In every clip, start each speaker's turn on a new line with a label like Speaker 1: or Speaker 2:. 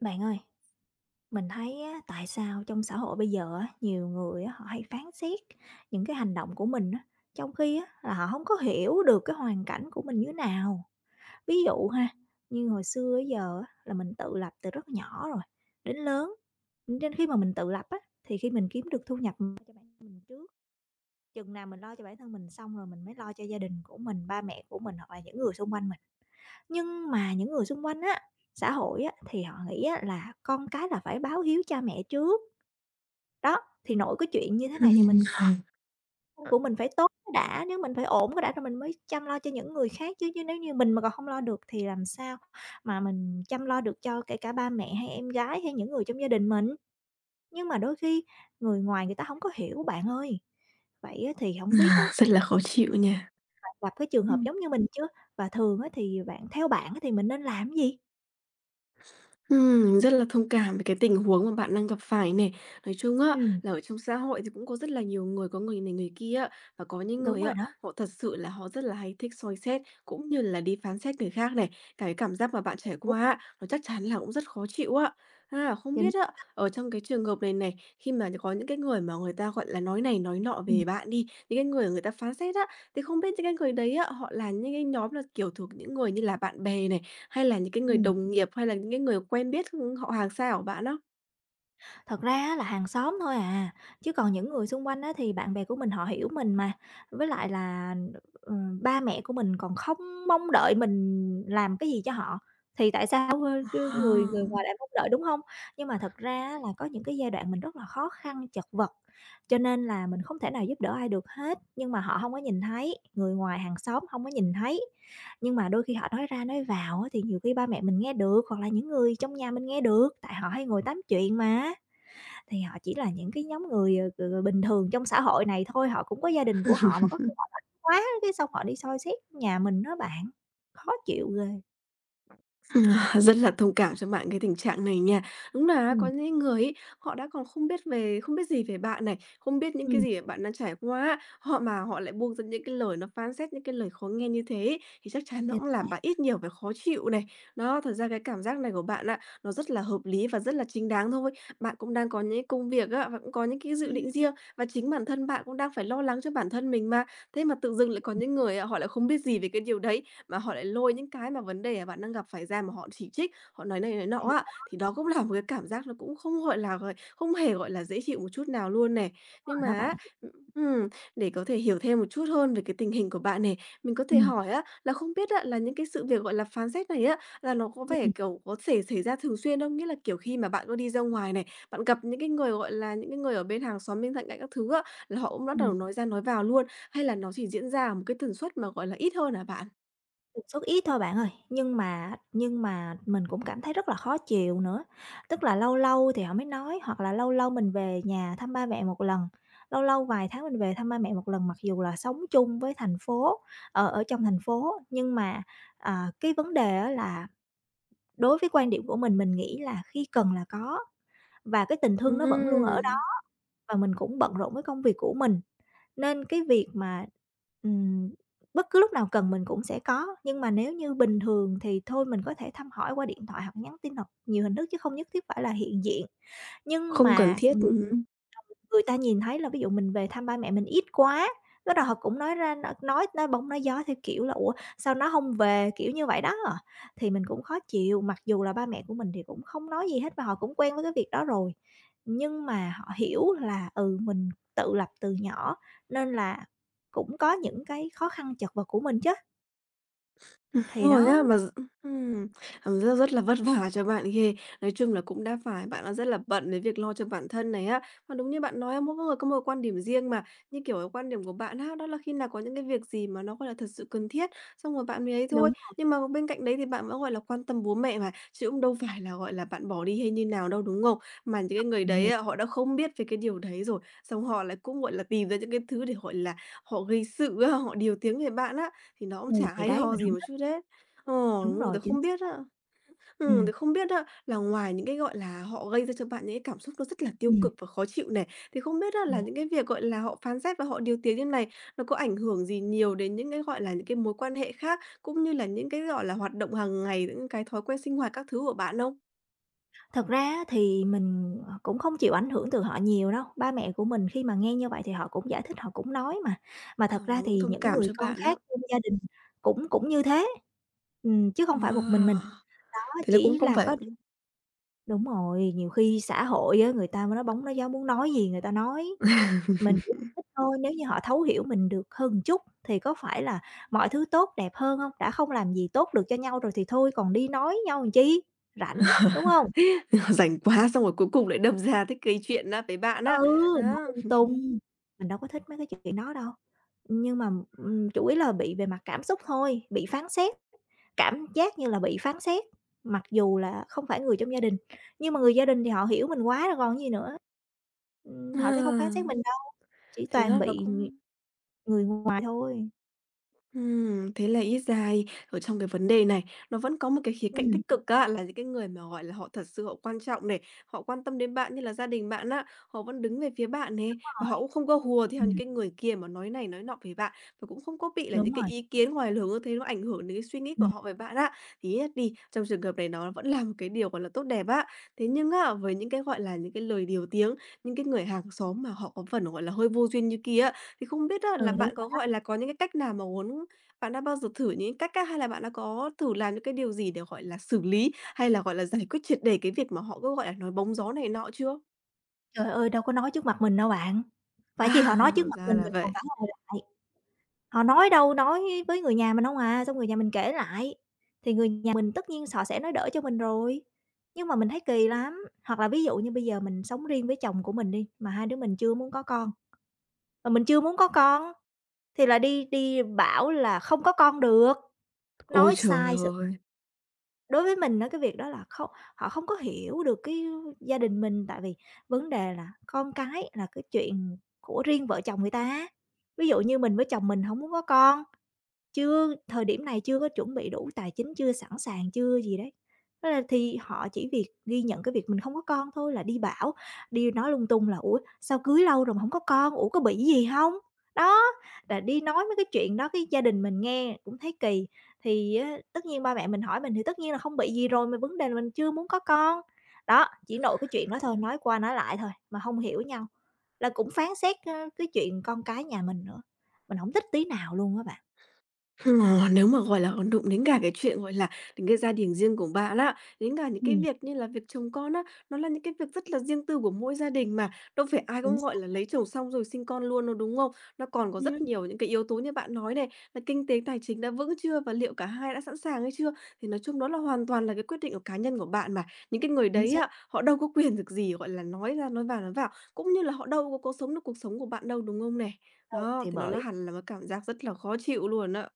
Speaker 1: Bạn ơi, mình thấy á, tại sao trong xã hội bây giờ á, nhiều người á, họ hay phán xét những cái hành động của mình á, trong khi á, là họ không có hiểu được cái hoàn cảnh của mình như nào. Ví dụ ha, như hồi xưa tới giờ á, là mình tự lập từ rất nhỏ rồi, đến lớn, nên khi mà mình tự lập á, thì khi mình kiếm được thu nhập mình lo cho bản thân mình trước, chừng nào mình lo cho bản thân mình xong rồi mình mới lo cho gia đình của mình, ba mẹ của mình hoặc là những người xung quanh mình. Nhưng mà những người xung quanh á, xã hội á, thì họ nghĩ á là con cái là phải báo hiếu cha mẹ trước. Đó, thì nội cái chuyện như thế này thì mình
Speaker 2: Ừm,
Speaker 1: của mình phải tốt cái đã, nếu mình phải ổn cái đã rồi mình mới chăm lo cho những người khác chứ, chứ nếu như mình mà còn không lo được thì làm sao mà mình chăm lo được cho kể cả ba mẹ hay em gái hay những người trong gia đình mình. Nhưng mà đôi khi người ngoài người ta không có hiểu bạn ơi. Vậy á thì không biết á
Speaker 2: à, rất là khó chịu nha.
Speaker 1: bạn gặp cái trường hợp
Speaker 2: Ừm.
Speaker 1: giống như mình chưa? Và thường á thì theo bạn á thì mình nên làm cái gì?
Speaker 2: Rất là thông cảm với cái tình huống mà bạn đang gặp phải này. Nói chung á,
Speaker 1: Ừm,
Speaker 2: là ở trong xã hội thì cũng có rất là nhiều người, có người này người kia á, và có những
Speaker 1: đúng
Speaker 2: người
Speaker 1: rồi
Speaker 2: á,
Speaker 1: đó.
Speaker 2: họ thật sự là họ rất là hay thích soi xét, cũng như là đi phán xét người khác này. Cái cảm giác mà bạn trải qua á, nó chắc chắn là cũng rất khó chịu á. À, không
Speaker 1: Chính
Speaker 2: biết á,
Speaker 1: xác.
Speaker 2: ở trong cái trường hợp này này, khi mà có những cái người mà người ta, gọi là, nói này nói nọ
Speaker 1: Ừm,
Speaker 2: về bạn đi, những cái người người ta phán xét á, thì không biết những cái người đấy á, họ là những cái nhóm là, kiểu, thuộc những người như là bạn bè này, hay là những cái người
Speaker 1: ừm.
Speaker 2: đồng nghiệp, hay là những cái người quen biết, họ hàng xa của bạn á?
Speaker 1: Thật ra á là hàng xóm thôi à, chứ còn những người xung quanh á thì bạn bè của mình họ hiểu mình mà. Với lại là, ừ, ba mẹ của mình còn không mong đợi mình làm cái gì cho họ, thì tại sao, cứ người
Speaker 2: À.
Speaker 1: người ngoài lại mong đợi, đúng hông? Nhưng mà thật ra á là có những cái giai đoạn mình rất là khó khăn, chật vật, cho nên là mình không thể nào giúp đỡ ai được hết, nhưng mà họ hông có nhìn thấy, người ngoài hàng xóm hông có nhìn thấy. Nhưng mà đôi khi họ nói ra nói vào á thì nhiều khi ba mẹ mình nghe được, hoặc là những người trong nhà mình nghe được, tại họ hay ngồi tám chuyện mà. Thì họ chỉ là những cái nhóm người, bình thường trong xã hội này thôi, họ cũng có gia đình của họ mà có khi họ thích quá cái xong họ đi soi xét nhà mình đó bạn, khó chịu ghê.
Speaker 2: À, rất là thông cảm cho bạn cái tình trạng này nha. Đúng là có
Speaker 1: Ừm,
Speaker 2: những người ấy, họ đã còn không biết gì về bạn này, không biết những cái
Speaker 1: ừm,
Speaker 2: gì bạn đang trải qua họ mà họ lại buông ra những cái lời nó phán xét, những cái lời khó nghe như thế ấy, thì chắc chắn nó
Speaker 1: chính
Speaker 2: cũng làm
Speaker 1: xác.
Speaker 2: bạn ít nhiều phải khó chịu này. Đó, thật ra cái cảm giác này của bạn á, nó rất là hợp lý và rất là chính đáng thôi. Bạn cũng đang có những công việc á, và cũng có những cái dự định
Speaker 1: Ừm,
Speaker 2: riêng và chính bản thân bạn cũng đang phải lo lắng cho bản thân mình mà. Thế mà tự dưng lại có những người, họ lại không biết gì về cái điều đấy, mà họ lại lôi những cái mà vấn đề, bạn đang gặp phải ra mà họ chỉ trích, họ nói này nói nọ
Speaker 1: thì
Speaker 2: á,
Speaker 1: đúng
Speaker 2: thì đó cũng là một cái cảm giác nó cũng không, gọi là, gọi không hề, gọi là, dễ chịu một chút nào luôn này.
Speaker 1: rồi
Speaker 2: Nhưng mà
Speaker 1: đó bạn.
Speaker 2: á, ừm, để có thể hiểu thêm một chút hơn về cái tình hình của bạn này, mình có thể
Speaker 1: Ừm,
Speaker 2: hỏi á, là không biết á, là những cái sự việc, gọi là, phán xét này á, là nó có vẻ,
Speaker 1: ừm,
Speaker 2: kiểu, có thể xảy ra thường xuyên không? Nghĩa là, kiểu, khi mà bạn có đi ra ngoài này, bạn gặp những cái người, gọi là, những cái người ở bên hàng xóm, bên cạnh cạnh các thứ á, là họ cũng bắt đầu
Speaker 1: ừm.
Speaker 2: nói ra nói vào luôn, hay là nó chỉ diễn ra ở một cái tần suất mà, gọi là, ít hơn hả bạn?
Speaker 1: Tần suất ít thôi bạn ơi, nhưng mà mình cũng cảm thấy rất là khó chịu nữa. Tức là lâu lâu thì họ mới nói, hoặc là lâu lâu mình về nhà thăm ba mẹ một lần, lâu lâu vài tháng mình về thăm ba mẹ một lần, mặc dù là sống chung với thành phố, ở trong thành phố. Nhưng mà, à, cái vấn đề á là đối với quan điểm của mình nghĩ là khi cần là có và cái tình thương nó vẫn luôn ở
Speaker 2: Ừm,
Speaker 1: đó và mình cũng bận rộn với công việc của mình. Nên cái việc mà, ừm, bất cứ lúc nào cần mình cũng sẽ có, nhưng mà nếu như bình thường thì thôi mình có thể thăm hỏi qua điện thoại hoặc nhắn tin hoặc nhiều hình thức chứ không nhất thiết phải là hiện diện. Nhưng
Speaker 2: không cần
Speaker 1: mà
Speaker 2: thiết,
Speaker 1: người
Speaker 2: ừm.
Speaker 1: người ta nhìn thấy là ví dụ mình về thăm ba mẹ mình ít quá, bắt đầu họ cũng nói ra nói bông nói gió theo kiểu là "Ủa, sao nó không về?" kiểu như vậy đó. Thì mình cũng khó chịu, mặc dù là ba mẹ của mình thì cũng không nói gì hết và họ cũng quen với cái việc đó rồi, nhưng mà họ hiểu là, mình tự lập từ nhỏ nên là cũng có những cái khó khăn chật vật của mình chứ,
Speaker 2: Đúng
Speaker 1: thì
Speaker 2: rồi
Speaker 1: đó
Speaker 2: á, mà d ừm, cảm giác rất là vất vả cho bạn ghê. Nói chung là cũng đã phải bạn đang rất là bận với việc lo cho bản thân này á. Mà đúng như bạn nói á, mỗi người có một quan điểm riêng mà, như kiểu, cái quan điểm của bạn á, đó là khi nào có những cái việc gì mà nó, gọi là, thật sự cần thiết, xong rồi bạn mới ấy thôi.
Speaker 1: đúng
Speaker 2: Nhưng mà bên cạnh đấy thì bạn vẫn, gọi là, quan tâm bố mẹ mà, chứ cũng đâu phải là, gọi là, bạn bỏ đi hay như nào đâu, đúng không? Mà những cái người
Speaker 1: mình
Speaker 2: đấy á,
Speaker 1: hiểu.
Speaker 2: họ đã không biết về cái điều đấy rồi, xong họ lại cũng, gọi là, tìm ra những cái thứ để, gọi là, họ gây sự á, họ điều tiếng về bạn á, thì nó cũng
Speaker 1: Ừ,
Speaker 2: chả
Speaker 1: thì
Speaker 2: hay
Speaker 1: đấy
Speaker 2: ho
Speaker 1: mình
Speaker 2: gì
Speaker 1: hổng
Speaker 2: một
Speaker 1: thích.
Speaker 2: chút đấy. Ờ,
Speaker 1: Đúng
Speaker 2: đúng rồi,
Speaker 1: rồi,
Speaker 2: tớ
Speaker 1: chính
Speaker 2: không biết
Speaker 1: xác.
Speaker 2: á.
Speaker 1: Ừm,
Speaker 2: Tớ không biết á, là ngoài những cái, gọi là, họ gây ra cho bạn những cái cảm xúc nó rất là tiêu
Speaker 1: ừm,
Speaker 2: cực và khó chịu này, thì không biết á
Speaker 1: ừ.
Speaker 2: là những cái việc, gọi là, họ phán xét và họ điều tiếng như này nó có ảnh hưởng gì nhiều đến những cái, gọi là, những cái mối quan hệ khác, cũng như là những cái, gọi là, hoạt động hàng ngày, những cái thói quen sinh hoạt các thứ của bạn không?
Speaker 1: Thật ra á thì mình, cũng không chịu ảnh hưởng từ họ nhiều đâu, ba mẹ của mình khi mà nghe như vậy thì họ cũng giải thích, họ cũng nói mà. Mà
Speaker 2: Ờ,
Speaker 1: thật ra
Speaker 2: cũng
Speaker 1: thì
Speaker 2: thông
Speaker 1: những
Speaker 2: cảm
Speaker 1: người
Speaker 2: cho
Speaker 1: con
Speaker 2: bạn á.
Speaker 1: khác trong gia đình cũng cũng như thế, chứ
Speaker 2: À,
Speaker 1: không phải một mình mình. Đó,
Speaker 2: thế là cũng
Speaker 1: chỉ
Speaker 2: không
Speaker 1: là
Speaker 2: phải
Speaker 1: có đ đúng rồi, nhiều khi xã hội á, người ta mới nói bóng nói gió, muốn nói gì người ta nói. Mình chỉ thích thôi, nếu như họ thấu hiểu mình được hơn một chút thì có phải là mọi thứ tốt đẹp hơn hông? Đã không làm gì tốt được cho nhau rồi thì thôi còn đi nói nhau làm chi, rảnh, đúng hông?
Speaker 2: rảnh quá xong rồi cuối cùng lại đâm ra thích gây chuyện á với bạn á.
Speaker 1: Ừ, nói
Speaker 2: Đó.
Speaker 1: lung tung, mình đâu có thích mấy cái chuyện đó đâu. Nhưng mà, chủ yếu là bị về mặt cảm xúc thôi, bị phán xét, cảm giác như là bị phán xét, mặc dù là không phải người trong gia đình, nhưng mà người gia đình thì họ hiểu mình quá rồi còn gì nữa. Họ sẽ không phán xét
Speaker 2: À,
Speaker 1: mình đâu, chỉ
Speaker 2: thế
Speaker 1: toàn
Speaker 2: nó
Speaker 1: bị
Speaker 2: cũng
Speaker 1: người ngoài thôi.
Speaker 2: Thế là ít ra ở trong cái vấn đề này, nó vẫn có một cái khía cạnh
Speaker 1: Ừm.
Speaker 2: tích cực á, là những cái người mà, gọi là, họ thật sự họ quan trọng này, họ quan tâm đến bạn như là gia đình bạn á, họ vẫn đứng về phía bạn nè, và họ cũng không có hùa theo những
Speaker 1: Ừm,
Speaker 2: cái người kia mà nói này nói nọ về bạn, và cũng không có bị là những
Speaker 1: đúng
Speaker 2: cái
Speaker 1: rồi,
Speaker 2: ý kiến ngoài luồng như thế nó ảnh hưởng đến cái suy nghĩ của
Speaker 1: ừm,
Speaker 2: họ về bạn á. Thì ít nhất đi, trong trường hợp này nó vẫn là một cái điều, gọi là, tốt đẹp á. Thế nhưng á, với những cái, gọi là, những cái lời điều tiếng, những cái người hàng xóm mà họ có phần, gọi là, hơi vô duyên như kia á, thì không biết á là
Speaker 1: ừ, đúng
Speaker 2: bạn có,
Speaker 1: rồi.
Speaker 2: gọi là, có những cái cách nào mà muốn bạn đã bao giờ thử những cách á, hay là bạn đã có thử làm những cái điều gì để, gọi là, xử lý, hay là, gọi là, giải quyết triệt để cái việc mà họ cứ, gọi là, nói bóng gió này nọ chưa?
Speaker 1: Trời ơi, đâu có nói trước mặt mình đâu bạn, phải chi họ nói trước
Speaker 2: À,
Speaker 1: mặt
Speaker 2: ra là
Speaker 1: mình còn
Speaker 2: vậy.
Speaker 1: phản hồi lại, họ nói đâu nói với người nhà mình hông à, xong người nhà mình kể lại, thì người nhà mình tất nhiên họ sẽ nói đỡ cho mình rồi. Nhưng mà mình thấy kỳ lắm, hoặc là ví dụ như bây giờ mình sống riêng với chồng của mình đi, mà hai đứa mình chưa muốn có con, mà mình chưa muốn có con thì là đi đi bảo là không có con được,
Speaker 2: Ôi
Speaker 1: nói
Speaker 2: trời
Speaker 1: sai.
Speaker 2: ơi!
Speaker 1: Đối với mình á, cái việc đó là không họ không có hiểu được cái gia đình mình, tại vì vấn đề là con cái là cái chuyện của riêng vợ chồng người ta. Ví dụ như mình với chồng mình không muốn có con, chưa, thời điểm này chưa có chuẩn bị đủ tài chính, chưa sẵn sàng, chưa gì đấy. Thế là thì họ chỉ việc ghi nhận cái việc mình không có con thôi là đi bảo, đi nói lung tung là "Ủa, sao cưới lâu rồi mà hổng có con? Ủa, có bị gì hông?" Đó, là đi nói mấy cái chuyện đó cái gia đình mình nghe cũng thấy kỳ. Thì á, tất nhiên ba mẹ mình hỏi mình thì tất nhiên là không bị gì rồi, mà vấn đề là mình chưa muốn có con. Đó, chỉ nội cái chuyện đó thôi, nói qua nói lại thôi, mà hông hiểu nhau, là cũng phán xét, cái chuyện con cái nhà mình nữa. Mình hổng thích tí nào luôn á bạn.
Speaker 2: Ờ, nếu mà, gọi là, còn đụng đến cả cái chuyện, gọi là, đến cái gia đình riêng của bạn á, đến cả những cái
Speaker 1: Ừm.
Speaker 2: việc như là việc chồng con á, nó là những cái việc rất là riêng tư của mỗi gia đình mà, đâu phải ai
Speaker 1: Chính
Speaker 2: cũng, gọi
Speaker 1: xác.
Speaker 2: là, lấy chồng xong rồi sinh con luôn đâu, đúng không? Nó còn có rất
Speaker 1: Ừm.
Speaker 2: nhiều những cái yếu tố như bạn nói này, là kinh tế tài chính đã vững chưa và liệu cả hai đã sẵn sàng hay chưa? Thì nói chung đó là hoàn toàn là cái quyết định của cá nhân của bạn mà. Những cái người
Speaker 1: Chính
Speaker 2: đấy
Speaker 1: xác
Speaker 2: á, họ đâu có quyền được gì, gọi là, nói ra nói vào, cũng như là họ đâu có sống được cuộc sống của bạn đâu, đúng không này?
Speaker 1: luôn.
Speaker 2: Đó,
Speaker 1: Thì
Speaker 2: thì nó là
Speaker 1: bởi
Speaker 2: hẳn là một cảm giác rất là khó chịu luôn á.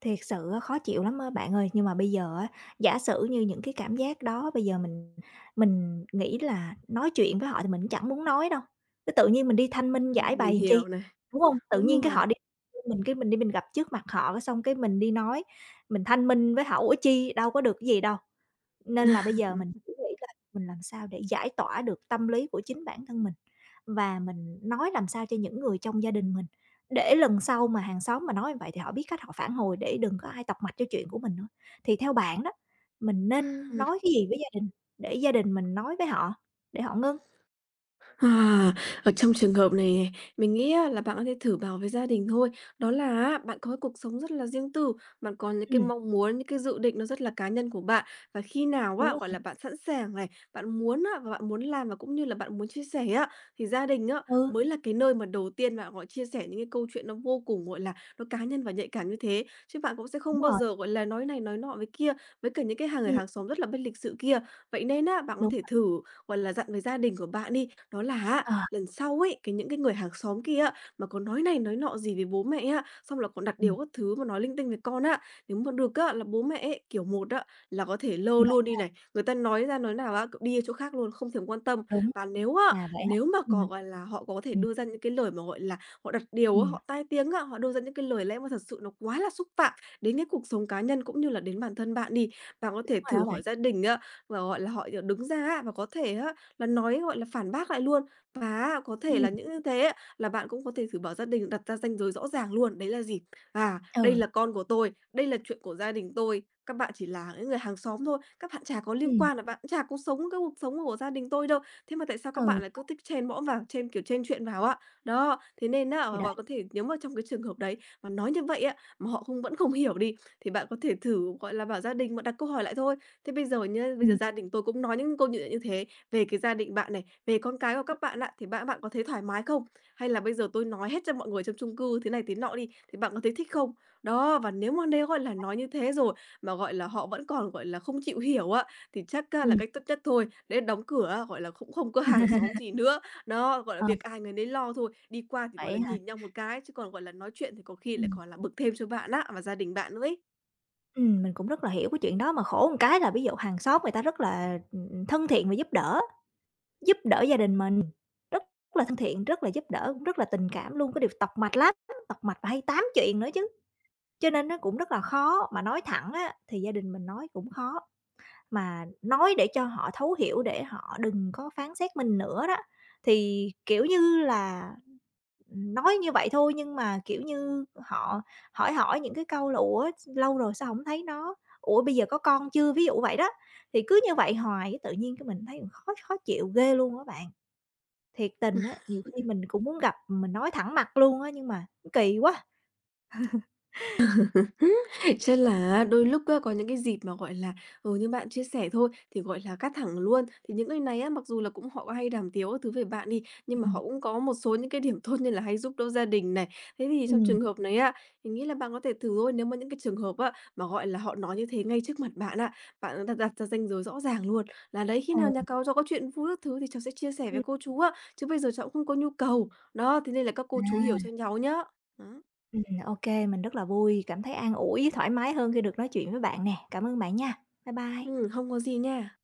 Speaker 1: thiệt sự á khó chịu lắm á bạn ơi, nhưng mà bây giờ á, giả sử như những cái cảm giác đó bây giờ mình nghĩ là nói chuyện với họ thì mình cũng chẳng muốn nói đâu, cái tự nhiên mình đi thanh minh giải
Speaker 2: Mình
Speaker 1: bày làm chi,
Speaker 2: hiểu này.
Speaker 1: đúng hông? Tự
Speaker 2: Đúng
Speaker 1: nhiên cái
Speaker 2: rồi.
Speaker 1: họ đi mình cái mình đi mình gặp trước mặt họ cái xong cái mình đi nói, mình thanh minh với họ, ủa chi, đâu có được cái gì đâu. Nên là bây giờ mình chỉ nghĩ là mình làm sao để giải tỏa được tâm lý của chính bản thân mình, và mình nói làm sao cho những người trong gia đình mình, để lần sau mà hàng xóm mà nói như vậy thì họ biết cách họ phản hồi để đừng có ai tọc mạch cho chuyện của mình nữa. Thì theo bạn đó, mình nên nói cái gì với gia đình để gia đình mình nói với họ, để họ ngưng?
Speaker 2: À, ở trong trường hợp này này, mình nghĩ á là bạn có thể thử bảo với gia đình thôi. Đó là á, bạn có cái cuộc sống rất là riêng tư, bạn có những cái
Speaker 1: Ừm,
Speaker 2: mong muốn, những cái dự định nó rất là cá nhân của bạn. Và khi nào
Speaker 1: đúng
Speaker 2: á, gọi
Speaker 1: rồi,
Speaker 2: là, bạn sẵn sàng này, bạn muốn á, và bạn muốn làm và cũng như là bạn muốn chia sẻ á, thì gia đình á,
Speaker 1: ừ,
Speaker 2: mới là cái nơi mà đầu tiên bạn, gọi, chia sẻ những cái câu chuyện nó vô cùng, gọi là, nó cá nhân và nhạy cảm như thế. Chứ bạn cũng sẽ không
Speaker 1: đúng
Speaker 2: bao
Speaker 1: rồi,
Speaker 2: giờ, gọi là, nói này nói nọ với kia, với cả những cái hàng người
Speaker 1: ừm,
Speaker 2: hàng xóm rất là bất lịch sự kia. Vậy nên á, bạn có
Speaker 1: đúng
Speaker 2: thể
Speaker 1: rồi,
Speaker 2: thử, gọi là, dặn với gia đình của bạn đi, đó là á,
Speaker 1: ờ,
Speaker 2: lần sau ấy, cái những cái người hàng xóm kia á, mà có nói này nói nọ gì về bố mẹ á, xong là còn đặt điều
Speaker 1: ừm,
Speaker 2: các thứ mà nói linh tinh về con á, nếu mà được á, là bố mẹ ấy, kiểu một á, là có thể lơ
Speaker 1: vậy
Speaker 2: luôn đi này, người ta nói ra nói nào á, cậu đi chỗ khác luôn, không thèm quan tâm.
Speaker 1: đúng rồi,
Speaker 2: Và nếu á,
Speaker 1: à, vậy hả?
Speaker 2: nếu mà có,
Speaker 1: Ừm,
Speaker 2: gọi là, họ có thể
Speaker 1: ừm,
Speaker 2: đưa ra những cái lời mà, gọi là, họ đặt điều á,
Speaker 1: ừm,
Speaker 2: họ tai tiếng á, họ đưa ra những cái lời lẽ mà thật sự nó quá là xúc phạm đến cái cuộc sống cá nhân cũng như là đến bản thân bạn đi. Bạn có
Speaker 1: đúng
Speaker 2: thể
Speaker 1: rồi
Speaker 2: thử
Speaker 1: đó bạn.
Speaker 2: hỏi gia đình á, và, gọi là, họ, đứng ra á, và có thể á, là nói, gọi là, phản bác lại luôn. Và á có
Speaker 1: Ừ,
Speaker 2: thể là những như thế á, là bạn cũng có thể thử bảo gia đình đặt ra ranh giới rõ ràng luôn, đấy là gì? "À, đây
Speaker 1: ừ,
Speaker 2: là con của tôi, đây là chuyện của gia đình tôi, các bạn chỉ là những người hàng xóm thôi, các bạn chả có liên
Speaker 1: ừm,
Speaker 2: quan là bạn cũng chả có sống cái cuộc sống của gia đình tôi đâu, thế mà tại sao các
Speaker 1: ừ,
Speaker 2: bạn lại cứ thích chen mõm vào, chen, kiểu, chen chuyện vào á?" Đó, thế nên á,
Speaker 1: thì đó,
Speaker 2: gọi có thể nếu mà trong cái trường hợp đấy mà nói như vậy á, mà họ không vẫn không hiểu đi, thì bạn có thể thử, gọi là, bảo gia đình bạn đặt câu hỏi lại thôi: "Thế bây giờ nhá, bây giờ
Speaker 1: ừm,
Speaker 2: gia đình tôi cũng nói những câu như như thế về cái gia đình bạn này, về con cái của các bạn á, thì bạn bạn có thấy thoải mái không? Hay là bây giờ tôi nói hết cho mọi người trong chung cư thế này thế nọ đi, thì bạn có thấy thích không? Đó, và nếu mà nếu, gọi là, nói như thế rồi mà, gọi là, họ vẫn còn, gọi là, không chịu hiểu á, thì chắc á là
Speaker 1: ừm.
Speaker 2: cách tốt nhất thôi, để đóng cửa á, gọi là, cũng không có hàng xóm gì nữa. Đó, gọi là, việc ai người nấy lo thôi, đi qua thì, gọi là,
Speaker 1: Vậy á hả?
Speaker 2: nhìn nhau một cái, chứ còn, gọi là, nói chuyện thì có khi lại
Speaker 1: Ừm,
Speaker 2: còn là bực thêm cho bạn á, và gia đình bạn nữa ấy.
Speaker 1: mình cũng rất là hiểu cái chuyện đó, mà khổ một cái là ví dụ hàng xóm người ta rất là, thân thiện và giúp đỡ gia đình mình, rất là thân thiện, rất là giúp đỡ, cũng rất là tình cảm luôn, cái điều tọc mạch lắm, tọc mạch và hay tám chuyện nữa chứ, cho nên nó cũng rất là khó, mà nói thẳng á thì gia đình mình nói cũng khó. Mà nói để cho họ thấu hiểu, để họ đừng có phán xét mình nữa đó. Thì, kiểu như là, nói như vậy thôi nhưng mà, kiểu như, họ hỏi hỏi những cái câu là "Ủa, lâu rồi sao không thấy nó? Ủa, bây giờ có con chưa?" Ví dụ vậy đó. Thì cứ như vậy hoài tự nhiên cái mình thấy khó khó chịu ghê luôn á bạn. Thiệt tình á, nhiều khi mình cũng muốn gặp, mình nói thẳng mặt luôn á, nhưng mà kỳ quá.
Speaker 2: Ừm, chắc là đôi lúc á, có những cái dịp mà, gọi là, ừ, như bạn chia sẻ thôi, thì, gọi là, cắt thẳng luôn. Thì những người này á, mặc dù là cũng họ có hay đàm tiếu các thứ về bạn đi, nhưng
Speaker 1: Ừ,
Speaker 2: mà họ cũng có một số những cái điểm tốt như là hay giúp đỡ gia đình này. Thế thì trong
Speaker 1: ừm,
Speaker 2: trường hợp này á, mình nghĩ là bạn có thể thử thôi, nếu mà những cái trường hợp á, mà, gọi là, họ nói như thế ngay trước mặt bạn á, bạn đặt đặt ra ranh giới rõ ràng luôn, là "Đấy, khi nào nhà
Speaker 1: ừ.
Speaker 2: cáu cháu cho có chuyện vui các thứ thì cháu sẽ chia sẻ với
Speaker 1: Ừm.
Speaker 2: cô chú á, chứ bây giờ cháu cũng không có nhu cầu." Đó, thế nên là các cô chú hiểu
Speaker 1: À.
Speaker 2: cho cháu nhá. Đó,
Speaker 1: Ô mình rất là vui, cảm thấy an ủi, thoải mái hơn khi được nói chuyện với bạn nè. Cảm ơn bạn nha. Bye bye.
Speaker 2: không có gì nha.